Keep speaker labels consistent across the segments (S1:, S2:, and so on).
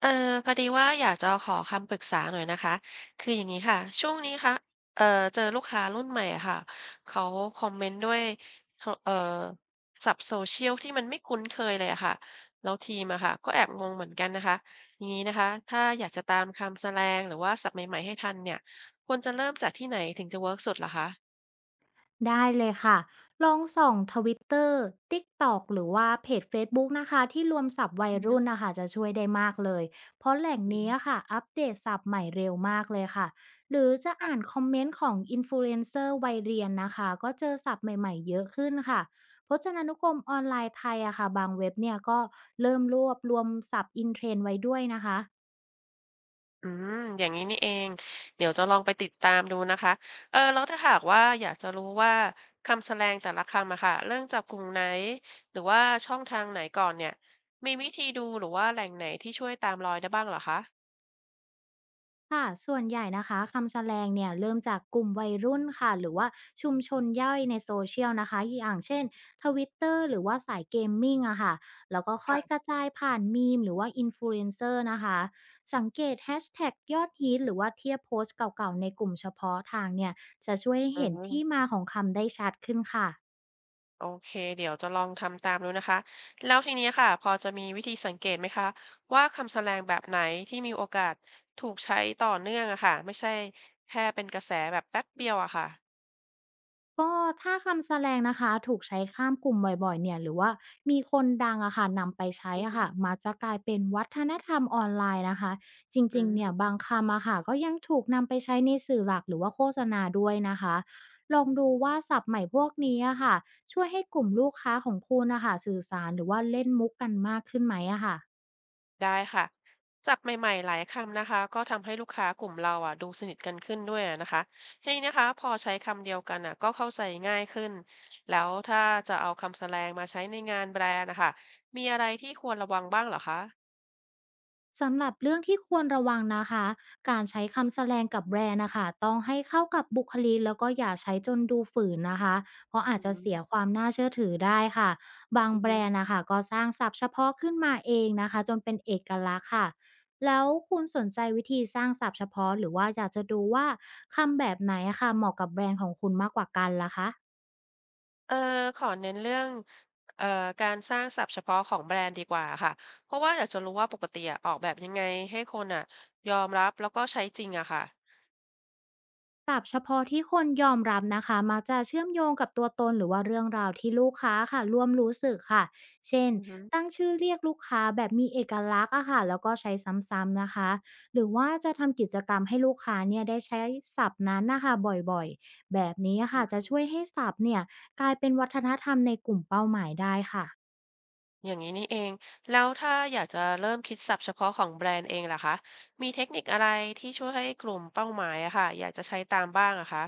S1: เออพอดีว่าอยากจะขอคำปรึกษาหน่อยนะคะคืออย่างนี้ค่ะช่วงนี้ค่ะเออเจอลูกค้ารุ่นใหม่อะค่ะเขาคอมเมนต์ด้วยเออศัพท์โซเชียลที่มันไม่คุ้นเคยเลยอะค่ะแล้วทีมอะค่ะก็แอบงงเหมือนกันนะคะอย่างนี้นะคะถ้าอยากจะตามคำแสดงหรือว่าศัพท์ใหม่ๆให้ทันเนี่ยควรจะเริ่มจากที่ไหนถึงจะเวิร์กสุดล่ะคะ
S2: ได้เลยค่ะ ลองส่อง Twitter TikTok หรือว่าเพจ Facebook นะคะ ที่รวมศัพท์วัยรุ่น
S1: อื
S2: นะคะ จะช่วยได้มากเลย เพราะแหล่ง
S1: ม
S2: นี้อะค่ะอัปเดตศัพท์ใหม่เร็วมากเลยค่ะ หรือจะอ่านคอมเมนต์ของอินฟลูเอนเซอร์วัยเรียนนะคะ ก็เจอศัพท์ใหม่ๆเยอะขึ้นค่ะพจนานุกรมออนไลน์ไทยอะค่ะบางเว็บเนี่ยก็เริ่มรวบรวมศัพท์อินเทรนด์ไว้ด้วยนะคะ
S1: อืมอย่างนี้นี่เองเดี๋ยวจะลองไปติดตามดูนะคะเออแล้วถ้าหากว่าอยากจะรู้ว่าคำแสดงแต่ละคำอะค่ะเริ่มจากกลุ่มไหนหรือว่าช่องทางไหนก่อนเนี่ยมีวิธีดูหรือว่าแหล่งไหนที่ช่วยตามรอยได้บ้างเหรอคะ
S2: ค่ะส่วนใหญ่นะคะคำแสลงเนี่ยเริ่มจากกลุ่มวัยรุ่นค่ะหรือว่าชุมชนย่อยในโซเชียลนะคะอย่างเช่น Twitter หรือว่าสายเกมมิ่งอะค่ะแล้วก็ค่อยก
S1: ค่ะ
S2: ระจายผ่านมีมหรือว่าอินฟลูเอนเซอร์นะคะสังเกตแฮชแท็กยอดฮิตหรือว่าเทียบโพสต์เก่าๆในกลุ่มเฉพาะทางเนี่ยจะช่วยให้
S1: อื
S2: เห็นที่
S1: ม
S2: มาของคำได้ชัดขึ้นค่ะ
S1: โอเคเดี๋ยวจะลองทำตามดูนะคะแล้วทีนี้ค่ะพอจะมีวิธีสังเกตไหมคะว่าคำแสดงแบบไหนที่มีโอกาสถูกใช้ต่อเนื่องอะค่ะไม่ใช่แค่เป็นกระแสแบบแป๊บเดียวอะค่ะ
S2: ก็ถ้าคำแสดลงนะคะถูกใช้ข้ามกลุ่มบ่อยๆเนี่ยหรือว่ามีคนดังอะค่ะนำไปใช้
S1: อือ
S2: อะ
S1: ฮึ
S2: ค่ะมาจะกลายเป็นวัฒนธรรมออนไลน์นะคะจ
S1: อื
S2: ริงๆเนี่ย
S1: ม
S2: บางคำอะค่ะก็ยังถูกนำไปใช้ในสื่อหลักหรือว่าโฆษณาด้วยนะคะลองดูว่าศัพท์ใหม่พวกนี้อะค่ะช่วยให้กลุ่มลูกค้าของคุณนะคะสื่อสารหรือว่าเล่นมุกกันมากขึ้นไหมอะค่ะ
S1: ได้ค่ะศัพท์ใหม่ๆหลายคำนะคะก็ทำให้ลูกค้ากลุ่มเราอ่ะดูสนิทกันขึ้นด้วยอะนะคะทีนี้นะคะพอใช้คำเดียวกันอ่ะก็เข้าใจง่ายขึ้นแล้วถ้าจะเอาคำแสดงมาใช้ในงานแบรนด์นะคะมีอะไรที่ควรระวังบ้างเหรอคะ
S2: สำหรับเรื่องที่ควรระวังนะคะการใช้คำแสดงกับแบรนด์นะคะต้องให้เข้ากับบุคลีแล้วก็อย่าใช้จนดูฝืนนะคะ เพราะอา
S1: อื
S2: จจะเสียค
S1: ม
S2: วามน่าเชื่อถือได้ค่ะบาง
S1: อือ
S2: แบร
S1: ฮึ
S2: นด์นะคะก็สร้างศัพท์เฉพาะขึ้นมาเองนะคะจนเป็นเอกลักษณ์ค่ะแล้วคุณสนใจวิธีสร้างศัพท์เฉพาะหรือว่าอยากจะดูว่าคำแบบไหนอะค่ะเหมาะกับแบรนด์ของคุณมากกว่ากันล่ะคะ
S1: เออขอเน้นเรื่องเอ่อการสร้างศัพท์เฉพาะของแบรนด์ดีกว่าค่ะเพราะว่าอยากจะรู้ว่าปกติอะออกแบบยังไงให้คนอ่ะยอมรับแล้วก็ใช้จริงอะค่ะ
S2: ศัพท์เฉพาะที่คนยอมรับนะคะมักจะเชื่อมโยงกับตัวตนหรือว่าเรื่องราวที่ลูกค้าค่ะร่วมรู้สึกค่ะเช่น
S1: อือฮึ
S2: ตั้งชื่อเรียกลูกค้าแบบมีเอกลักษณ์อะค่ะแล้วก็ใช้ซ้ำๆนะคะหรือว่าจะทำกิจกรรมให้ลูกค้าเนี่ยได้ใช้ศัพท์นั้นนะคะบ่อยๆแบบนี้ค่ะจะช่วยให้ศัพท์เนี่ยกลายเป็นวัฒนธรรมในกลุ่มเป้าหมายได้ค่ะ
S1: อย่างนี้นี่เองแล้วถ้าอยากจะเริ่มคิดศัพท์เฉพาะของแบรนด์เองล่ะคะมีเทคนิคอะไรที่ช่วยให้กลุ่มเป้าหมายอะค่ะอยากจะใช้ตามบ้างอะคะ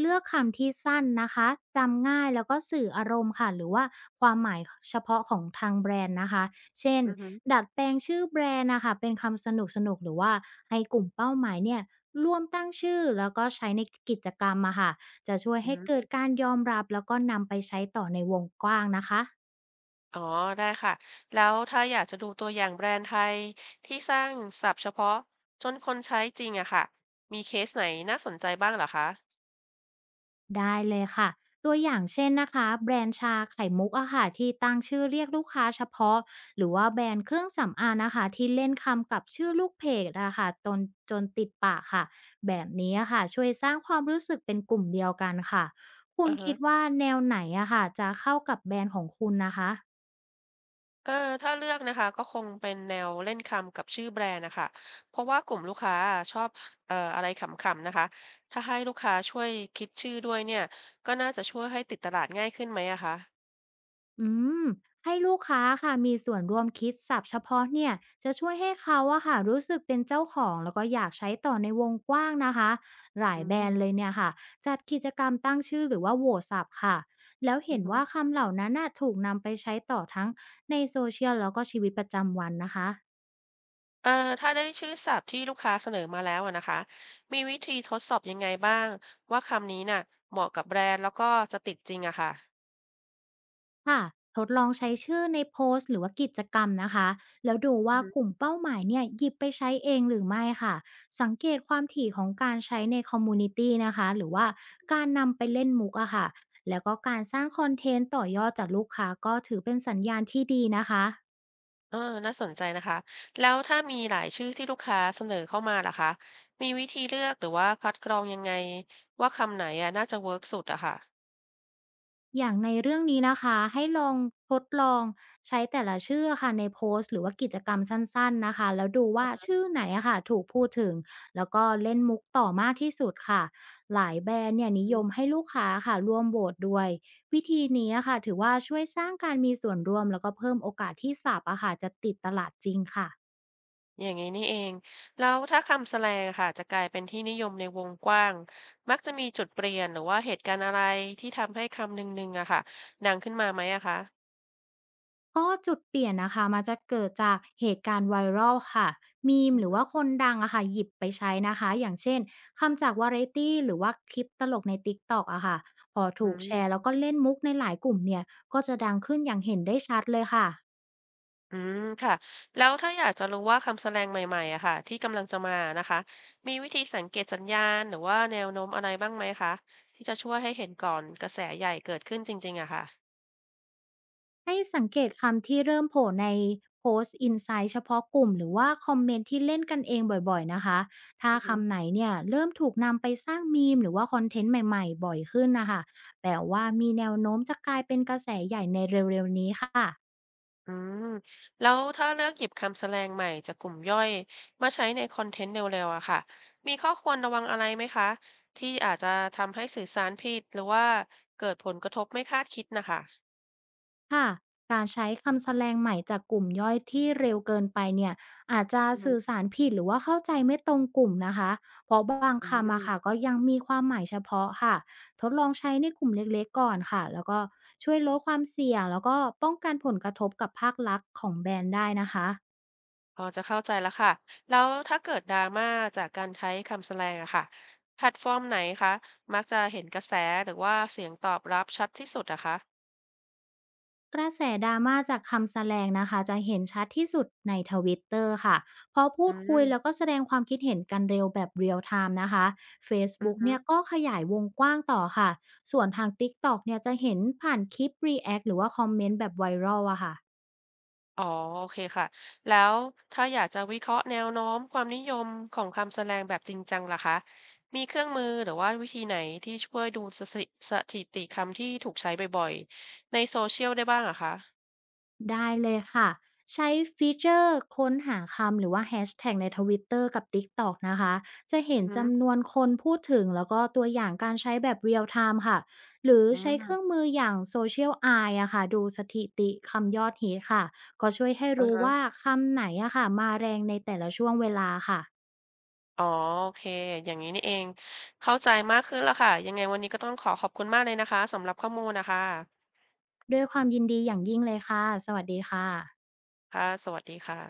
S2: เลือกคำที่สั้นนะคะจำง่ายแล้วก็สื่ออารมณ์ค่ะหรือว่าความหมายเฉพาะของทางแบรนด์นะคะเช่น
S1: อือฮึ
S2: ดัดแปลงชื่อแบรนด์นะคะเป็นคำสนุกสนุกหรือว่าให้กลุ่มเป้าหมายเนี่ยร่วมตั้งชื่อแล้วก็ใช้ในกิจกรรมมาค่ะจะช่วย
S1: อือ
S2: ให้
S1: ฮึ
S2: เกิดการยอมรับแล้วก็นำไปใช้ต่อในวงกว้างนะคะ
S1: อ๋อได้ค่ะแล้วถ้าอยากจะดูตัวอย่างแบรนด์ไทยที่สร้างศัพท์เฉพาะจนคนใช้จริงอะค่ะมีเคสไหนน่าสนใจบ้างเหรอคะ
S2: ได้เลยค่ะตัวอย่างเช่นนะคะแบรนด์ชาไข่มุกอะค่ะที่ตั้งชื่อเรียกลูกค้าเฉพาะหรือว่าแบรนด์เครื่องสำอางนะคะที่เล่นคำกับชื่อลูกเพจนะคะจนติดปากค่ะแบบนี้อะค่ะช่วยสร้างความรู้สึกเป็นกลุ่มเดียวกันค่ะคุณ
S1: อือฮะ
S2: คิดว่าแนวไหนอะค่ะจะเข้ากับแบรนด์ของคุณนะคะ
S1: เออถ้าเลือกนะคะก็คงเป็นแนวเล่นคำกับชื่อแบรนด์นะคะเพราะว่ากลุ่มลูกค้าชอบอะไรขำๆนะคะถ้าให้ลูกค้าช่วยคิดชื่อด้วยเนี่ยก็น่าจะช่วยให้ติดตลาดง่ายขึ้นไหมอะคะ
S2: อืมให้ลูกค้าค่ะมีส่วนร่วมคิดศัพท์เฉพาะเนี่ยจะช่วยให้เขาอะค่ะรู้สึกเป็นเจ้าของแล้วก็อยากใช้ต่อในวงกว้างนะคะหลา
S1: อื
S2: ยแบ
S1: ม
S2: รนด์เลยเนี่ยค่ะจัดกิจกรรมตั้งชื่อหรือว่าโหวตศัพท์ค่ะแล้ว
S1: อื
S2: เห็
S1: อ
S2: น
S1: ฮึ
S2: ว่าคำเหล่านั้นน่ะถูกนำไปใช้ต่อทั้งในโซเชียลแล้วก็ชีวิตประจำวันนะคะ
S1: เอ่อถ้าได้ชื่อศัพท์ที่ลูกค้าเสนอมาแล้วอะนะคะมีวิธีทดสอบยังไงบ้างว่าคำนี้น่ะเหมาะกับแบรนด์แล้วก็จะติดจริงอะค่ะ
S2: ค่ะทดลองใช้ชื่อในโพสต์หรือว่ากิจกรรมนะคะแล้วดูว่ากลุ่มเป้าหมายเนี่ยหยิบไปใช้เองหรือไม่ค่ะสังเกตความถี่ของการใช้ในคอมมูนิตี้นะคะหรือว่าการนำไปเล่นมุกอะค่ะแล้วก็การสร้างคอนเทนต์ต่อยอดจากลูกค้าก็ถือเป็นสัญญาณที่ดีนะคะ
S1: เออน่าสนใจนะคะ แล้วถ้ามีหลายชื่อที่ลูกค้าเสนอเข้ามาล่ะคะมีวิธีเลือกหรือว่าคัดกรองยังไงว่าคำไหนอะน่าจะเวิร์กสุดอะค่ะ
S2: อย่างในเรื่องนี้นะคะให้ลองทดลองใช้แต่ละชื่อะค่ะในโพสต์หรือว่ากิจกรรมสั้นๆนะคะแล้วดูว่าชื่อไหนอะค่ะถูกพูดถึงแล้วก็เล่นมุกต่อมากที่สุดค่ะหลายแบรนด์เนี่ยนิย
S1: อื
S2: มให้
S1: ม
S2: ลูกค้าค่ะร่วมโหวตด้วยวิธีนี้อะค่ะถือว่าช่วยสร้างการมีส่วนร่วมแล้วก็เพิ่มโอกาสที่สับอะค่ะจะติดตลาดจริงค่ะ
S1: อย่างนี้นี่เอง แล้วถ้าคำแสแลงค่ะจะกลายเป็นที่นิยมในวงกว้าง มักจะมีจุดเปลี่ยนหรือว่าเหตุการณ์อะไรที่ทำให้คำหนึ่งๆอะค่ะดังขึ้นมาไหมอะคะ
S2: ก็จุดเปลี่ยนนะคะมันจะเกิดจากเหตุการณ์ไวรัลค่ะมีมหรือว่าคนดังอะค่ะหยิบไปใช้นะคะอย่างเช่นคำจากวาไรตีหรือว่าคลิปตลกในติ๊กต็อกอะค่ะพอ
S1: อื
S2: ถูกแชร์
S1: ม
S2: แล้วก็เล่นมุกในหลายกลุ่มเนี่ยก็จะดังขึ้นอย่างเห็นได้ชัดเลยค่ะ
S1: อืมค่ะแล้วถ้าอยากจะรู้ว่าคำแสดงใหม่ๆอะค่ะที่กำลังจะมานะคะมีวิธีสังเกตสัญญาณหรือว่าแนวโน้มอะไรบ้างไหมคะที่จะช่วยให้เห็นก่อนกระแสใหญ่เกิดขึ้นจริงๆอะค่ะ
S2: ให้สังเกตคำที่เริ่มโผล่ในโพสต์ Insight เฉพาะกลุ่มหรือว่าคอมเมนต์ที่เล่นกันเองบ่อยๆนะคะ ถ้า
S1: อือฮึ
S2: คำไหนเนี่ยเริ่มถูกนำไปสร้างมีมหรือว่าคอนเทนต์ใหม่ๆบ่อยขึ้นนะคะ แปลว่ามีแนวโน้มจะกลายเป็นกระแสใหญ่ในเร็วๆนี้ค่ะ
S1: อืมแล้วถ้าเลือกหยิบคำแสดงใหม่จากกลุ่มย่อยมาใช้ในคอนเทนต์เร็วๆอะค่ะมีข้อควรระวังอะไรไหมคะที่อาจจะทำให้สื่อสารผิดหรือว่าเกิดผลกระทบไม่คาดคิดนะคะ
S2: ค่ะการใช้คำแสแลงใหม่จากกลุ่มย่อยที่เร็วเกินไปเนี่ยอาจจะ
S1: อื
S2: สื่
S1: ม
S2: อสารผิดหรือว่าเข้าใจไม่ตรงกลุ่มนะคะเพราะบาง
S1: อื
S2: คำอะค่ะ
S1: ม
S2: ก็ยังมีความหมายเฉพาะค่ะทดลองใช้ในกลุ่มเล็กๆก่อนค่ะแล้วก็ช่วยลดความเสี่ยงแล้วก็ป้องกันผลกระทบกับภาคลักษณ์ของแบรนด์ได้นะคะ
S1: พอจะเข้าใจแล้วค่ะ แล้วถ้าเกิดดราม่าจากการใช้คำแสแลงอะค่ะแพลตฟอร์มไหนคะมักจะเห็นกระแสหรือว่าเสียงตอบรับชัดที่สุดอะคะ
S2: กระแสดราม่าจากคำแสลงนะคะจะเห็นชัดที่สุดใน Twitter ค่ะเพราะพู
S1: อื
S2: ด
S1: ม
S2: คุยแล้วก็แสดงความคิดเห็นกันเร็วแบบ real time นะคะ
S1: อือ
S2: Facebook
S1: ฮึ
S2: เนี่ยก็ขยายวงกว้างต่อค่ะส่วนทาง TikTok เนี่ยจะเห็นผ่านคลิป react หรือว่าคอมเมนต์แบบไวรัลอะค่ะ
S1: อ๋อโอเคค่ะ แล้วถ้าอยากจะวิเคราะห์แนวโน้มความนิยมของคำแสแงแบบจริงจังล่ะคะมีเครื่องมือหรือว่าวิธีไหนที่ช่วยดูสถิสถิติคำที่ถูกใช้บ่อยๆในโซเชียลได้บ้างอะคะ
S2: ได้เลยค่ะใช้ฟีเจอร์ค้นหาคำหรือว่าแฮชแท็กใน Twitter กับ TikTok นะคะจะเห็
S1: อื
S2: น
S1: ม
S2: จำนวนคนพูดถึงแล้วก็ตัวอย่างการใช้แบบเรียลไทม์ค่ะหรือ
S1: อฮึออื
S2: ใช้เค
S1: ม
S2: รื่องมืออย่าง Social Eye ออะค่ะดูสถิติคำยอดฮิตค่ะก็ช่วยให้
S1: อ่า
S2: รู้
S1: ฮะ
S2: ว่าคำไหนอะค่ะมาแรงในแต่ละช่วงเวลาค่ะ
S1: อ๋อโอเคอย่างนี้นี่เองเข้าใจมากขึ้นแล้วค่ะยังไงวันนี้ก็ต้องขอขอบคุณมากเลยนะคะสำหรับข้อมูลนะคะ
S2: ด้วยความยินดีอย่างยิ่งเลยค่ะสวัสดีค่ะ
S1: ค่ะสวัสดีค่ะ